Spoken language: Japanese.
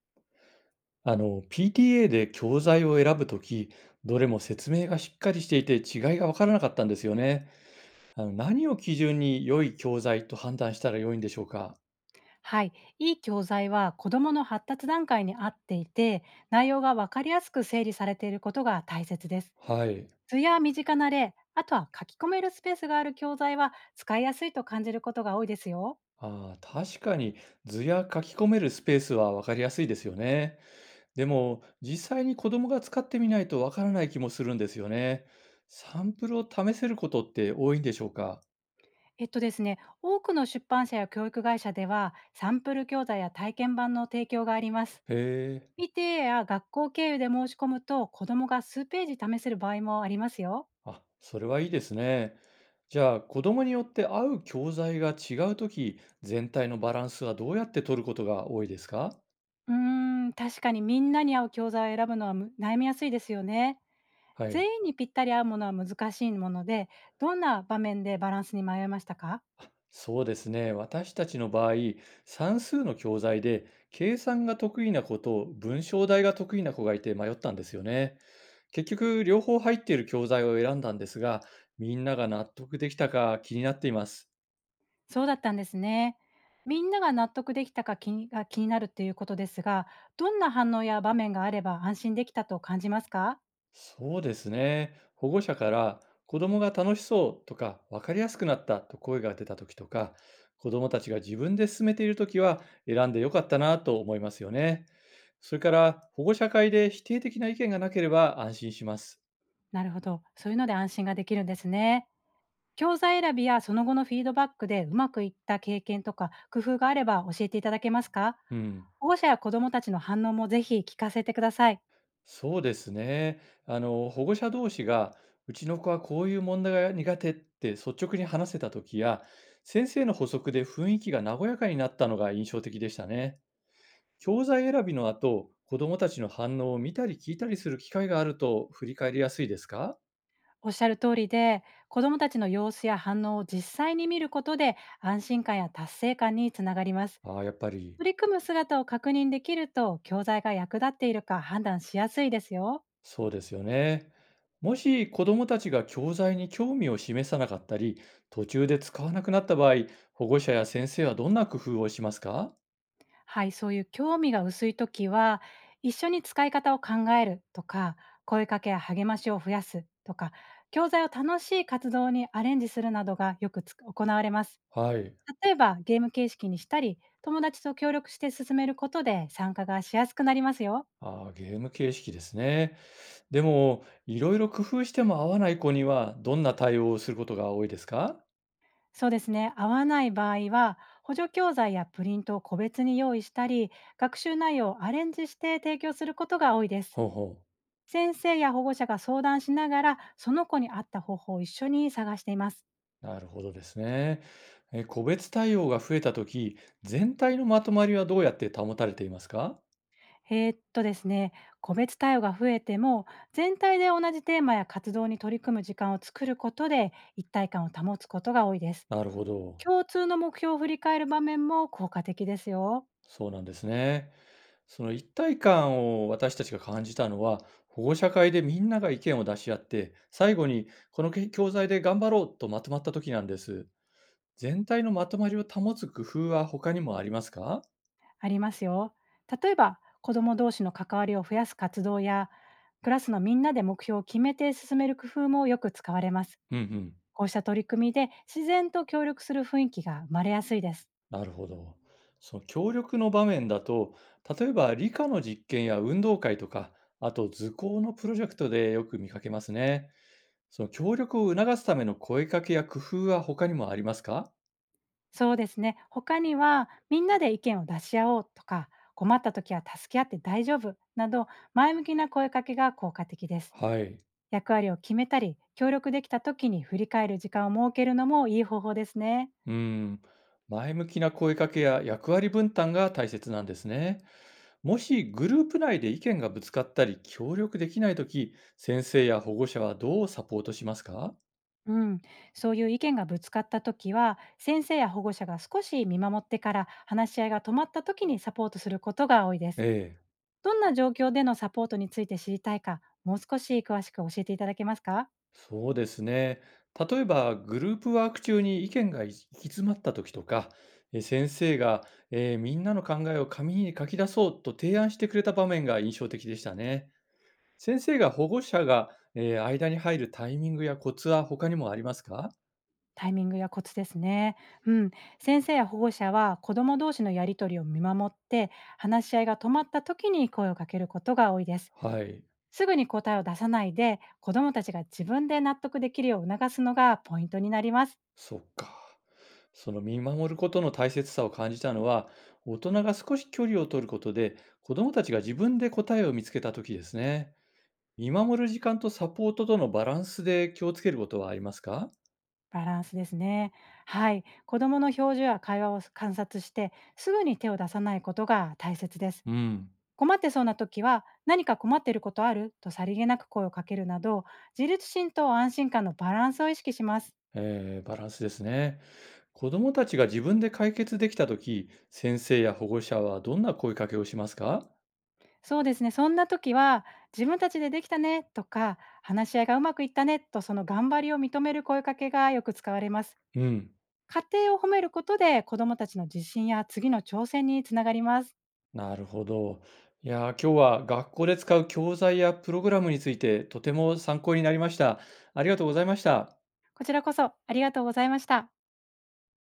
PTA で教材を選ぶとき、どれも説明がしっかりしていて違いが分からなかったんですよね。何を基準に良い教材と判断したら良いんでしょうか。はい、いい教材は子どもの発達段階に合っていて、内容が分かりやすく整理されていることが大切です。はい。図や身近な例、あとは書き込めるスペースがある教材は使いやすいと感じることが多いですよ。ああ、確かに図や書き込めるスペースは分かりやすいですよね。でも、実際に子供が使ってみないと分からない気もするんですよね。サンプルを試せることって多いんでしょうか。えっとですね、多くの出版社や教育会社ではサンプル教材や体験版の提供があります。へえ。見てや学校経由で申し込むと、子どもが数ページ試せる場合もありますよ。あ、それはいいですね。じゃあ、子供によって合う教材が違うとき、全体のバランスはどうやって取ることが多いですか。うー確かに、みんなに合う教材を選ぶのは悩みやすいですよね。はい。全員にぴったり合うものは難しいもので、どんな場面でバランスに迷いましたか？そうですね。私たちの場合、算数の教材で、計算が得意な子と文章題が得意な子がいて迷ったんですよね。結局、両方入っている教材を選んだんですが、みんなが納得できたか気になっています。そうだったんですね。みんなが納得できたか気になるっていうことですが、どんな反応や場面があれば安心できたと感じますか？そうですね。保護者から子供が楽しそうとか分かりやすくなったと声が出た時とか、子供たちが自分で進めている時は選んでよかったなと思いますよね。それから保護者会で否定的な意見がなければ安心します。なるほど、そういうので安心ができるんですね。教材選びやその後のフィードバックでうまくいった経験とか工夫があれば教えていただけますか？うん。保護者や子どもたちの反応もぜひ聞かせてください。そうですね。保護者同士がうちの子はこういう問題が苦手って率直に話せた時や、先生の補足で雰囲気が和やかになったのが印象的でしたね。教材選びの後、子どもたちの反応を見たり聞いたりする機会があると振り返りやすいですか。おっしゃる通りで、子どもたちの様子や反応を実際に見ることで、安心感や達成感につながります。ああ、やっぱり取り組む姿を確認できると、教材が役立っているか判断しやすいですよ。そうですよね。もし子どもたちが教材に興味を示さなかったり、途中で使わなくなった場合、保護者や先生はどんな工夫をしますか。はい、そういう興味が薄いときは、一緒に使い方を考えるとか、声かけや励ましを増やすとか、教材を楽しい活動にアレンジするなどがよく行われます。はい。例えばゲーム形式にしたり、友達と協力して進めることで参加がしやすくなりますよ。ああ、ゲーム形式ですね。でも、いろいろ工夫しても合わない子には、どんな対応をすることが多いですか。そうですね。合わない場合は、補助教材やプリントを個別に用意したり、学習内容をアレンジして提供することが多いです。ほうほう。先生や保護者が相談しながら、その子に合った方法を一緒に探しています。なるほどですね。え、個別対応が増えたとき、全体のまとまりはどうやって保たれていますか？ですね、個別対応が増えても、全体で同じテーマや活動に取り組む時間を作ることで、一体感を保つことが多いです。なるほど。共通の目標を振り返る場面も効果的ですよ。そうなんですね。その一体感を私たちが感じたのは、保護者会でみんなが意見を出し合って、最後にこのけ教材で頑張ろうとまとまった時なんです。全体のまとまりを保つ工夫は他にもありますか？ありますよ。例えば、子ども同士の関わりを増やす活動や、クラスのみんなで目標を決めて進める工夫もよく使われます。うんうん。こうした取り組みで自然と協力する雰囲気が生まれやすいです。なるほど。その協力の場面だと、例えば理科の実験や運動会とか、あと図工のプロジェクトでよく見かけますね。その協力を促すための声かけや工夫は他にもありますか。そうですね。他には、みんなで意見を出し合おうとか、困った時は助け合って大丈夫など、前向きな声かけが効果的です。はい。役割を決めたり、協力できた時に振り返る時間を設けるのもいい方法ですね。うん。前向きな声かけや役割分担が大切なんですね。もしグループ内で意見がぶつかったり協力できないとき、先生や保護者はどうサポートしますか。うん、そういう意見がぶつかった時は、先生や保護者が少し見守ってから、話し合いが止まった時にサポートすることが多いでえす。え。どんな状況でのサポートについて知りたいか、もう少し詳しく教えていただけますか？そうですね。例えば、グループワーク中に意見が行き詰まった時とか、え、先生が、みんなの考えを紙に書き出そうと提案してくれた場面が印象的でしたね。先生が保護者が、間に入るタイミングやコツは他にもありますか。タイミングやコツですね。うん。先生や保護者は子ども同士のやり取りを見守って、話し合いが止まった時に声をかけることが多いです。はい、すぐに答えを出さないで、子どもたちが自分で納得できるよう促すのがポイントになります。そっか。その見守ることの大切さを感じたのは、大人が少し距離を取ることで、子どもたちが自分で答えを見つけた時ですね。見守る時間とサポートとのバランスで気をつけることはありますか？バランスですね。はい。子供の表情や会話を観察して、すぐに手を出さないことが大切です。うん。困ってそうな時は、「何か困ってることある」とさりげなく声をかけるなど、自立心と安心感のバランスを意識します。バランスですね。子供たちが自分で解決できたとき先生や保護者はどんな声かけをしますか？そうですね。そんな時は、「自分たちでできたね」とか、「話し合いがうまくいったね」と、その頑張りを認める声かけがよく使われます。うん。家庭を褒めることで、子供たちの自信や次の挑戦につながります。なるほど。いやー、今日は学校で使う教材やプログラムについてとても参考になりました。ありがとうございました。こちらこそありがとうございました。